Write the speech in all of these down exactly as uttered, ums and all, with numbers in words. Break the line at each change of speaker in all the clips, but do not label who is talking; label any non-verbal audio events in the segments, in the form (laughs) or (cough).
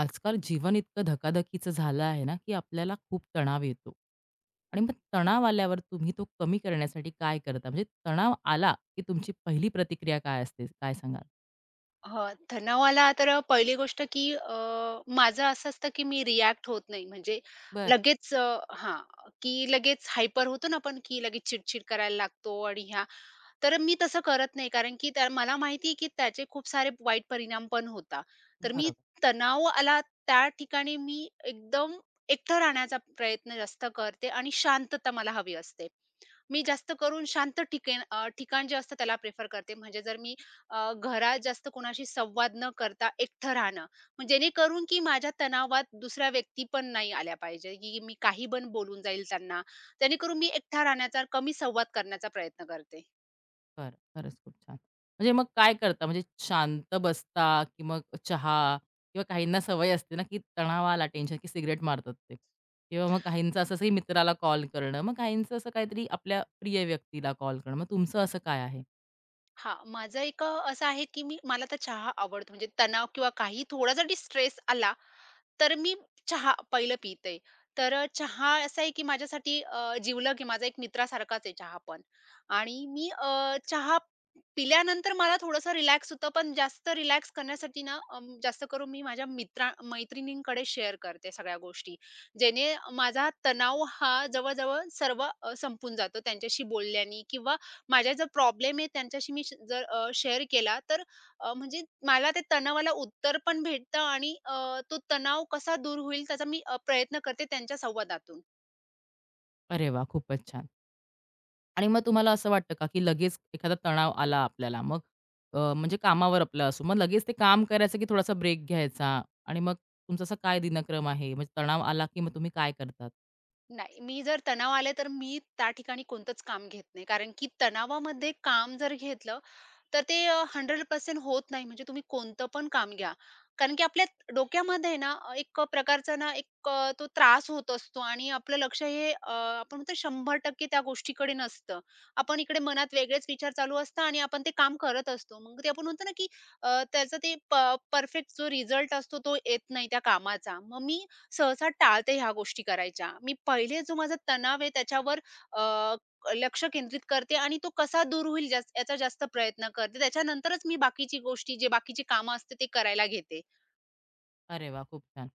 आजकाल जीवन इतकं धकाधकीचं झालं आहे ना, की आपल्याला खूप तणाव येतो आणि मग तणाव आल्यावर तुम्ही तो कमी करण्यासाठी काय करता? म्हणजे तणाव आला, की तुमची पहिली प्रतिक्रिया काय असते? काय सांगाल?
हां, तणाव आला तर पहिली गोष्ट की अ, माझं असं असतं की मी रिॲक्ट होत नाही. म्हणजे
बरं,
लगेच अ, हां, की लगेच हायपर होतो ना आपण, की लगेच चिड-चिड करायला लागतो आणि ह्या तर मी तसं करत नाही कारण की त्या मला माहिती आहे की त्याचे खूप सारे वाईट परिणाम पण होता. तर मी
बरोबर.
तणाव आला त्या ठिकाणी मी एकदम एकटं राहण्याचा प्रयत्न जास्त करते आणि शांतता मला हवी असते. मी जास्त करून शांत ठिकेण अ, ठिकाण जे असतं त्याला प्रिफर करते. म्हणजे जर मी अ, घरात जास्त कोणाशी संवाद न करता एकटं राहणं, मग जेणेकरून की माझ्या तणावात दुसऱ्या व्यक्ती पण नाही आल्या पाहिजे, की मी काही पण बोलून जाईल त्यांना. जेणेकरून मी एकटा राहण्याचा, कमी संवाद करण्याचा प्रयत्न करते.
बरं, खरंच खूप छान. म्हणजे मग काय करता? म्हणजे शांत बसता की मग चहा किंवा काहींना सवय असते ना, की तणाव आला, टेन्शन की सिगारेट मारतात ते किंवा मग काहींचं असं असंही मित्राला कॉल करणं, मग काहींचं असं काहीतरी आपल्या प्रिय व्यक्तीला कॉल करणं. मग तुमचं असं काय आहे?
हा, माझं एक अ, असं आहे, की मी मला तर चहा आवडतो. म्हणजे तणाव किंवा काही थोडा जरी स्ट्रेस आला तर मी चहा पहिलं पिते. तर अ, चहा असा आहे की माझ्यासाठी अ, जिवलग आहे. माझा एक मित्रासारखाच आहे चहा पण आणि मी अ, चहा पिल्यानंतर मला थोडंसं रिलॅक्स होतं, पण जास्त रिलॅक्स करण्यासाठी ना अ, जास्त करून मी माझ्या मित्रा मैत्रिणींकडे शेअर करते सगळ्या गोष्टी. जेणे माझा तणाव हा जवळ-जवळ सर्व अ, संपून जातो त्यांच्याशी बोलल्याने किंवा माझा जो प्रॉब्लेम आहे त्यांच्याशी मी श जर शेअर केला तर अ, म्हणजे मला ते तणावाला उत्तर पण भेटतं आणि अ, तो तणाव कसा दूर होईल त्याचा मी अ, प्रयत्न करते त्यांच्या संवादातून.
अरे वाह! खूपच छान. आणि मग तुम्हाला असं वाटतं का, की लगेच एखादा तणाव आला आपल्याला मग अ, म्हणजे कामावर आपलं असो, मग लगेच ते काम करायचं की थोडासा ब्रेक घ्यायचा आणि मग तुमचा असा काय दिनक्रम आहे? म्हणजे तणाव आला की मग तुम्ही काय करतात?
नाही, मी जर तणाव आले तर मी त्या ठिकाणी कोणतंच काम घेत नाही. कारण की तणावामध्ये काम जर घेतलं तर ते अ, शंभर टक्के होत नाही. म्हणजे तुम्ही कोणतं पण काम घ्या. कारण की आपल्या डोक्यामध्ये ना अ, एक प्रकारचा ना एक अ, तो त्रास होत असतो आणि आपलं लक्ष हे अ, आपण म्हणतो शंभर टक्के त्या गोष्टीकडे नसतं. आपण इकडे मनात वेगळेच विचार चालू असतात आणि आपण ते काम करत असतो. मग ते आपण म्हणतो ना की अ, त्याचा ते परफेक्ट जो रिझल्ट असतो तो येत नाही त्या कामाचा. मग मी सहसा टाळते ह्या गोष्टी करायच्या. मी पहिले जो माझा तणाव आहे त्याच्यावर लक्ष केंद्रित करते आणि तो कसा दूर होईल जास याचा जास्त प्रयत्न करते. त्याच्यानंतरच मी बाकीची गोष्टी जे बाकीची कामं असते ते करायला घेते.
अरे वाह! खूप छान.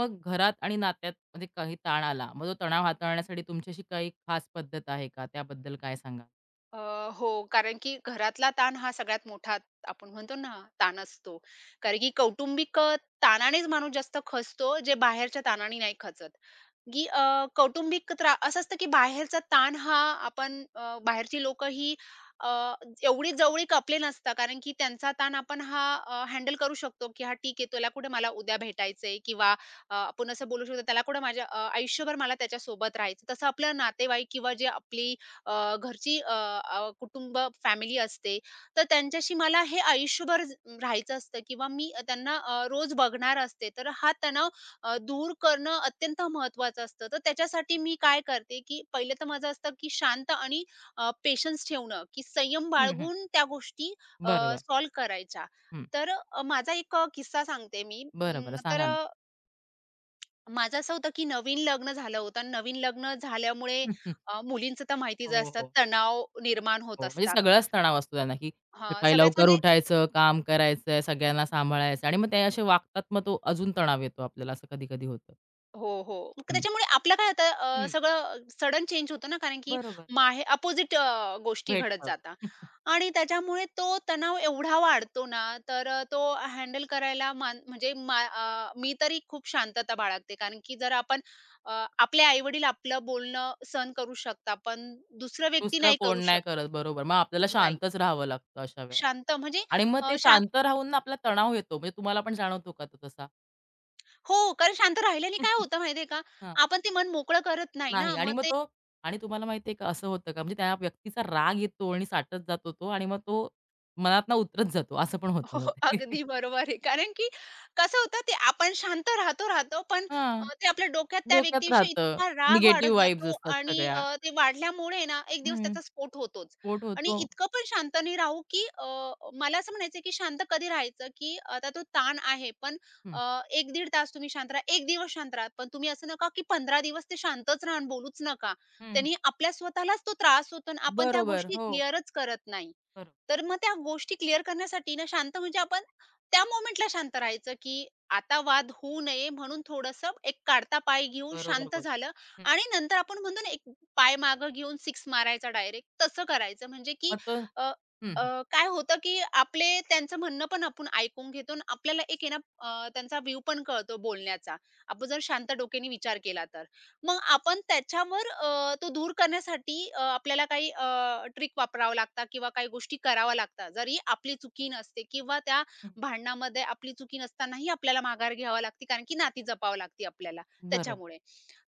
मग घरात आणि नात्यात म्हणजे काही ताण आला, मग तो तणाव हाताळण्यासाठी तुमची काही खास पद्धत आहे का? त्याबद्दल काय सांगाल?
अ, हो, कारण की घरातला ताण हा सगळ्यात मोठा आपण म्हणतो ना ताण असतो. कारण की कौटुंबिक अ, ताणानेच माणूस जास्त खचतो, जे बाहेरच्या ताणाने नाही खचत. की अ, कौटुंबिक त्रा असं असतं की बाहेरचा ताण हा आपण अ, बाहेरची लोकं ही अ, एवढी जवळीक आपले नसतात. कारण की त्यांचा ताण आपण हा हँडल करू शकतो, की हा ठीक आहे त्याला कुठे मला उद्या भेटायचंय किंवा अ, आपण असं बोलू शकतो त्याला कुठे माझ्या अ, आयुष्यभर मला त्याच्यासोबत राहायचं. तसं आपलं नातेवाईक किंवा जे आपली अ, घरची अ, अ, कुटुंब फॅमिली असते, तर त्यांच्याशी मला हे आयुष्यभर ज राहायचं असतं किंवा मी त्यांना अ, रोज बघणार असते. तर हा तणाव अ, दूर करणं अत्यंत महत्त्वाचं असतं. तर त्याच्यासाठी मी काय करते, की पहिलं तर माझं असतं, की शांत आणि अ, पेशन्स ठेवणं, की संयम
हं, हं.
बाळगून त्या गोष्टी अ,
बरोबर.
सॉल्व्ह करायच्या.
हं.
तर अ, माझा एक अ, किस्सा सांगते मी.
बरं,
अं, तर
सांगा ना.
अ, माझं असं होतं, की नवीन लग्न झालं होतं आणि नवीन लग्न झाल्यामुळे
(laughs)
अ, मुलींचं तर माहितीच
हो,
असतं
हो.
तणाव निर्माण होत
हो, म्हणजे
असतात.
सगळाच तणाव असतो त्यांना, की
हां,
सकाळी
सगळ्यात
लवकर
म्हणजे
उठायचं, काम करायचंय, सगळ्यांना सांभाळायचं आणि मग ते असे वागतात, मग तो अजून तणाव येतो आपल्याला, असं कधी-कधी होतं.
हो, हो. मग
हं.
त्याच्यामुळे आपलं काय होतं अ,
हं,
सगळं सडन चेंज होतं ना, कारण की
बरोबर.
माहे अपोझिट गोष्टी घडत
भेटतं.
जातात
(laughs)
आणि त्याच्यामुळे तो तणाव एवढा वाढतो ना, तर अ, तो हँडल करायला मान म्हणजे मा अ, मी तरी खूप शांतता बाळगते. कारण की जर आपण अ, आपले आई-वडील आपलं बोलणं सहन करू शकता, पण दुसरा व्यक्ती
दुसरं
नाही
कोण
करू
नाही
शक
करत, बरोबर. मग आपल्याला
नाही.
शांतच राहावं लागतं अशा वेळेला
शांत म्हणजे
आणि मग
अ,
ते
शांत
शांत राहून ना आपला तणाव येतो, म्हणजे तुम्हाला पण जाणवतो का तो तसा?
हो, कारण शांत राहिल्याने काय
(laughs)
होतं माहिती का,
हां,
आपण ते मन मोकळं करत नाही
नाही
ना,
आणि
मग
मग
ते
तो आणि तुम्हाला माहिती का असं होतं का, म्हणजे त्या व्यक्तीचा राग येतो आणि साठत जातो तो आणि मग तो मनातनं उतरत जातो, असं पण होतं
हो,
मग ते. (laughs)
अगदी बरोबर आहे. कारण की कसं होतं ते आपण शांत राहतो, राहतो पण अ,
हां.
ते आपल्या डोक्यात त्या
डोक्यात
व्यक्तीविषयी
राहतं.
इतका राग
निगेटिव्ह
वाढत
वाइब्स
जातो
असतात
आणि अ,
सगळ्या.
ते वाढल्यामुळे ना एक दिवस
हं.
त्याचा स्फोट होतोच.
स्फोट
आणि
होतो.
इतकं पण शांत नाही राहू, की अ, मला असं म्हणायचं, की शांत कधी राहायचं, की आता तो ताण आहे पण
हं,
अ, एक ते दीड तास तुम्ही शांत राहा, एक दिवस शांत राहा. पण तुम्ही असं नका, की पंधरा दिवस ते शांतच राहा आणि बोलूच नका.
हं, हं.
त्यांनी आपल्या स्वतःलाच तो त्रास होतो आणि आपण त्या
बरोबर.
गोष्टी
हो.
क्लिअरच करत नाही.
बरोबर,
तर मग त्या गोष्टी क्लिअर करण्यासाठी ना शांत म्हणजे आपण त्या मोमेंटला शांत राहायचं, की आता वाद होऊ नये म्हणून थोडंसं एक काढता पाय घेऊन
बरोबर
शांत
बोल.
झालं
हं.
आणि नंतर आपण म्हणतो ना, एक पाय मागं घेऊन सिक्स मारायचा डायरेक्ट तसं करायचं. म्हणजे की
मग तो हं,
अ, अ,
हं.
काय होतं, की आपले त्यांचं म्हणणं पण आपण ऐकून घेतो आणि आपल्याला एक आहे ना अ, त्यांचा व्ह्यू पण कळतो बोलण्याचा. आपण जर शांत डोक्याने विचार केला तर. मग आपण त्याच्यावर अ, तो दूर करण्यासाठी अ, आपल्याला काही अ, ट्रिक वापरावं लागतात किंवा काही गोष्टी कराव्या लागतात. जरी आपली चुकी नसते किंवा त्या
हं.
भांडणामध्ये आपली चुकी नसतानाही आपल्याला माघार घ्यावी लागते, कारण की नाती जपावी लागते आपल्याला
बरोबर,
त्याच्यामुळे.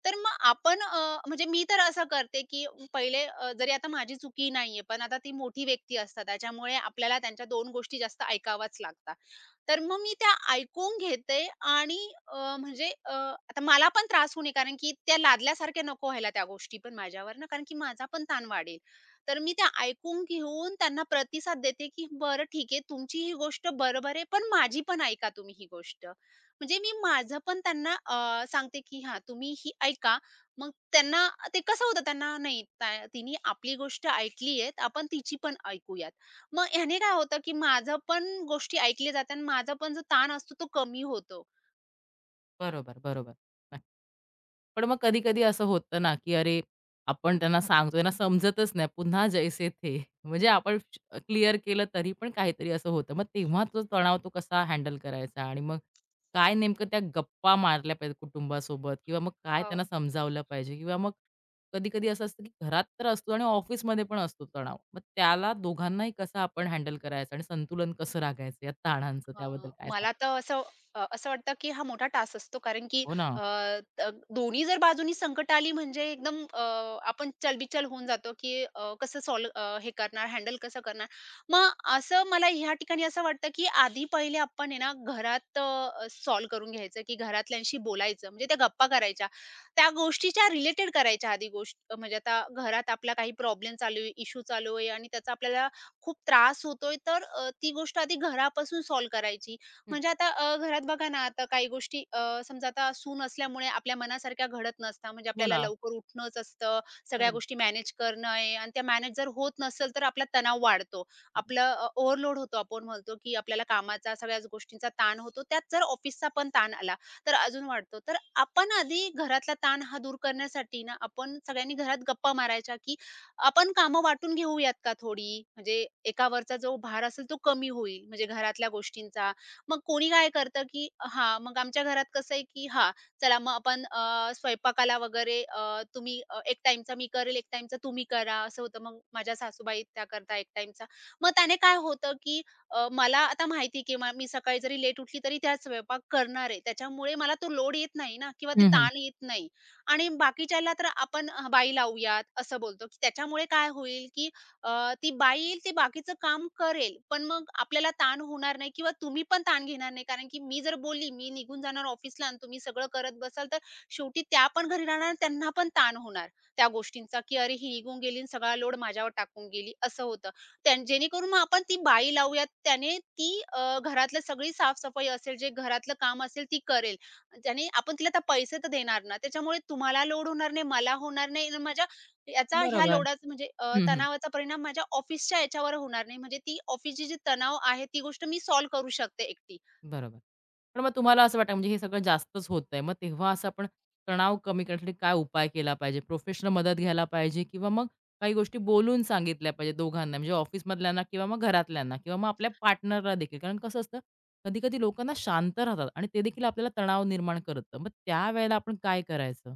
तर मग आपण अ, म्हणजे मी तर असं करते, की पहिले अ, जरी आता माझी चुकी नाहीये, पण आता ती मोठी व्यक्ती असतात त्याच्यामुळे आपल्याला त्यांच्या दोन गोष्टी जास्त ऐकाव्याच लागतात. तर मग मी त्या ऐकून घेते आणि अ, म्हणजे अ, आता मला पण त्रास होऊ नये कारण की त्या लादल्यासारख्या नको व्हायला त्या गोष्टी पण माझ्यावर ना, कारण की माझा पण ताण वाढेल. तर मी त्या ऐकून घेऊन त्यांना प्रतिसाद देते, की "बरं ठीक आहे, तुमची ही गोष्ट बरोबर आहे, पण माझी पण ऐका तुम्ही ही गोष्ट." म्हणजे मी माझं पण त्यांना अ, सांगते, की "हां, तुम्ही ही ऐका." मग त्यांना ते कसं होतं त्यांना, "नाही, त्या तिने आपली गोष्ट ऐकली आहे, आपण तिची पण ऐकूया." मग ह्याने काय होतं, की माझं पण गोष्टी ऐकल्या जातात आणि माझा पण जो ताण असतो तो कमी होतो.
बरोबर, बरोबर. पण मग कधी-कधी असं होतं ना, की अरे, आपण त्यांना सांगतो, त्यांना समजतच नाही. पुन्हा जैसे थे. म्हणजे आपण क्लिअर केलं तरी पण काहीतरी असं होतं. मग तेव्हा तो तणाव तो कसा हँडल करायचा? आणि मग काय नेमकं त्या गप्पा मारल्या पाहिजेत कुटुंबासोबत किंवा मग काय त्यांना समजावलं पाहिजे? किंवा मग कधी-कधी असं असतं, की घरात तर असतो आणि ऑफिसमध्ये पण असतो तणाव. मग त्याला दोघांनाही कसं आपण हँडल करायचं आणि संतुलन कसं राखायचं या ताणांचं? त्याबद्दल
हां,
काय सांगाल?
मला तर असं अ, असं वाटतं, की हा मोठा टास्क असतो कारण की
हो ना.
अ, अ, दोन्ही जर बाजूनी संकट आली म्हणजे एकदम अ, आपण चलबिचल होऊन जातो, की अ, कसं सॉल्व्ह हे करणार, हँडल कसं करणार. मग असं मला ह्या ठिकाणी असं वाटतं, की आधी पहिले आपण आहे ना घरात सॉल्व्ह करून घ्यायचं, की घरातल्यांशी बोलायचं म्हणजे त्या गप्पा करायच्या. त्या गोष्टीच्या रिलेटेड करायच्या आधी गोष्ट म्हणजे आता घरात आपला काही प्रॉब्लेम चालू आहे, इश्यू चालू आहे आणि त्याचा आपल्याला खूप त्रास होतोय, तर अ, ती गोष्ट आधी घरापासून सॉल्व्ह करायची.
हं.
म्हणजे आता अ, घरात बघा ना, आता काही गोष्टी अ, समजा आता सून असल्यामुळे आपल्या मनासारख्या घडत नसतात. म्हणजे
हो
आपल्याला
ना.
लवकर उठणंच असतं,
तर
सगळ्या गोष्टी मॅनेज करणं आहे आणि त्या मॅनेज जर होत नसेल, तर आपला तणाव वाढतो.
हं.
आपलं ओव्हरलोड होतो. आपण म्हणतो, की आपल्याला कामाचा, सगळ्याच गोष्टींचा ताण होतो. त्यात जर ऑफिसचा पण ताण आला, तर अजून वाढतो. तर आपण आधी घरातला ताण हा दूर करण्यासाठी ना, आपण सगळ्यांनी घरात गप्पा मारायच्या, की आपण कामं वाटून घेऊयात का थोडी? म्हणजे एकावरचा जो भार असेल तो कमी होईल, म्हणजे घरातल्या गोष्टींचा. मग कोणी काय करतं, की हां, मग आमच्या घरात कसं आहे, की हां, चला मग आपण अ, स्वयंपाकाला वगैरे अ, तुम्ही अ, एक टाईमचा मी करेल, एक टाईमचा तुम्ही करा, असं होतं. मग माझ्या सासूबाई त्या करता एक टाईमचा. मग त्याने काय होतं, की अ, मला आता माहिती की म मी सकाळी जरी लेट उठली तरी त्या स्वयंपाक करणार आहे. त्याच्यामुळे मला तो लोड येत नाही ना किंवा ते
हं, हं.
ताण येत नाही. आणि बाकीच्याला तर आपण अ, बाई लावूयात असं बोलतो, की त्याच्यामुळे काय होईल, की अ, ती बाई येईल, ती बाकीचं काम करेल. पण मग आपल्याला ताण होणार नाही किंवा तुम्ही पण ताण घेणार नाही. कारण की मी जर बोलली, मी निघून जाणार ऑफिसला आणि तुम्ही सगळं करत बसाल, तर शेवटी त्या पण घरी राहणार आणि त्यांना पण ताण होणार त्या गोष्टींचा, की "अरे, ही निघून गेली आणि सगळा लोड माझ्यावर टाकून गेली." असं होतं. त्यां जेणेकरून मग आपण ती बाई लावूयात, त्याने ती अ, घरातलं सगळी साफसफाई असेल, जे घरातलं काम असेल ती करेल. ज्याने आपण तिला आता पैसे तर देणार ना, त्याच्यामुळे तुम्हाला लोड होणार नाही, मला होणार नाही आणि माझ्या याचा ह्या
बरोबर.
लोडाचा म्हणजे अ,
हं, हं.
तणावाचा परिणाम माझ्या ऑफिसच्या याच्यावर होणार नाही. म्हणजे ती ऑफिसची जी तणाव आहे ती गोष्ट मी सॉल्व्ह करू शकते एकटी.
बरोबर. पण मग तुम्हाला असं वाटतं, म्हणजे हे सगळं जास्तच होतंय. मग तेव्हा असं आपण तणाव कमी करण्यासाठी काय उपाय केला पाहिजे? प्रोफेशनल मदत घ्यायला पाहिजे किंवा मग काही गोष्टी बोलून सांगितल्या पाहिजे दोघांना, म्हणजे ऑफिसमधल्यांना किंवा मग घरातल्यांना किंवा मग आपल्या पार्टनरला देखील. कारण कसं असतं, कधी-कधी लोकं शांत राहतात आणि ते देखील आपल्याला तणाव निर्माण करतं. मग त्यावेळेला आपण काय करायचं?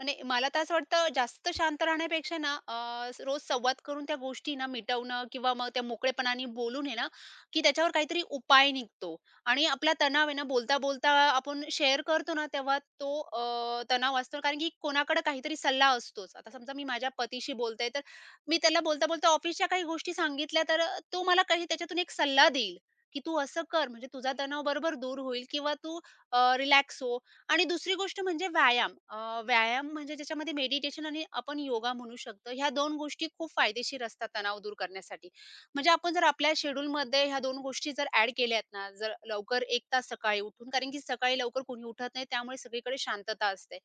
आणि मला तर असं वाटतं जास्त शांत राहण्यापेक्षा ना अ, स- रोज संवाद करून त्या गोष्टी ना मिटवणं किंवा मग त्या मोकळेपणाने बोलून आहे ना, की त्याच्यावर काहीतरी उपाय निघतो आणि आपला तणाव आहे ना बोलता, बोलता आपण शेअर करतो ना तेव्हा तो अ, तणाव असतो कारण की कोणाकडे काहीतरी सल्ला असतोच. आता समजा मी माझ्या पतीशी बोलते तर मी त्याला बोलता, बोलता ऑफिसच्या काही गोष्टी सांगितल्या तर तो मला काही त्याच्यातून एक सल्ला देईल, की "तू असं कर म्हणजे तुझा तणाव बरोबर दूर होईल किंवा तू रिलॅक्स हो." आणि दुसरी गोष्ट म्हणजे व्यायाम. अ, व्यायाम म्हणजे ज्याच्यामध्ये मेडिटेशन आणि आपण योगा म्हणू शकतो. ह्या दोन गोष्टी खूप फायदेशीर असतात तणाव दूर करण्यासाठी. म्हणजे आपण जर आपल्या शेड्यूलमध्ये ह्या दोन गोष्टी जर ॲड केल्यात ना, जर लवकर एक तास सकाळी उठून कारण की सकाळी लवकर कोणी उठत नाही त्यामुळे सगळीकडे शांतता असते.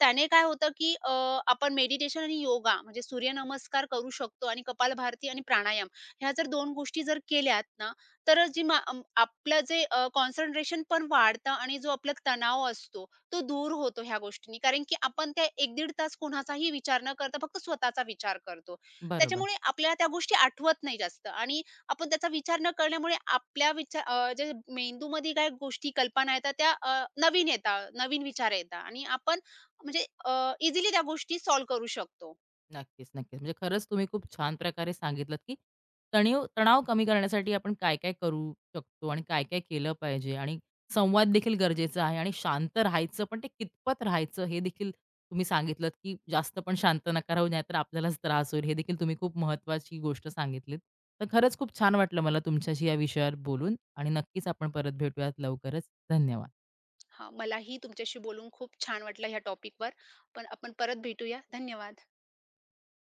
त्याने काय होतं की अ, आपण मेडिटेशन आणि योगा म्हणजे सूर्यनमस्कार करू शकतो आणि कपालभाती आणि प्राणायाम ह्या जर दोन गोष्टी जर केल्यात ना, तर जी मा अं, आपलं जे कॉन्सन्ट्रेशन पण वाढतं आणि जो आपला तणाव असतो तो दूर होतो ह्या गोष्टींनी. कारण की आपण त्या एक ते दीड तास कोणाचाही विचार न करता फक्त स्वतःचा विचार करतो.
बरोबर.
त्याच्यामुळे आपल्याला त्या गोष्टी आठवत नाही जास्त आणि आपण त्याचा विचार न करण्यामुळे आपल्या विचार अ, जे मेंदूमध्ये काही गोष्टी, कल्पना येतात त्या अ, नवीन येतात, नवीन विचार येतात आणि आपण म्हणजे इझिली त्या गोष्टी सॉल्व्ह करू शकतो.
नक्कीच, नक्कीच. म्हणजे खरंच तुम्ही खूप छान प्रकारे सांगितलत, की तणीव तणाव कमी करण्यासाठी आपण काय-काय करू शकतो आणि काय-काय केलं पाहिजे आणि संवाद देखील गरजेचा आहे आणि शांत राहायचं, पण ते कितपत राहायचं हे देखील तुम्ही सांगितलत, की जास्त पण शांत नका राहू, नाहीतर आपल्यालाच त्रास होईल. हे देखील तुम्ही खूप महत्त्वाची गोष्ट सांगितलीत. तर खरंच खूप छान वाटलं मला तुमच्याशी या विषयावर बोलून आणि नक्कीच आपण परत भेटूयात लवकरच. धन्यवाद.
हां, मलाही तुमच्याशी बोलून खूप छान वाटलं ह्या टॉपिकवर. पण आपण परत भेटूया. धन्यवाद.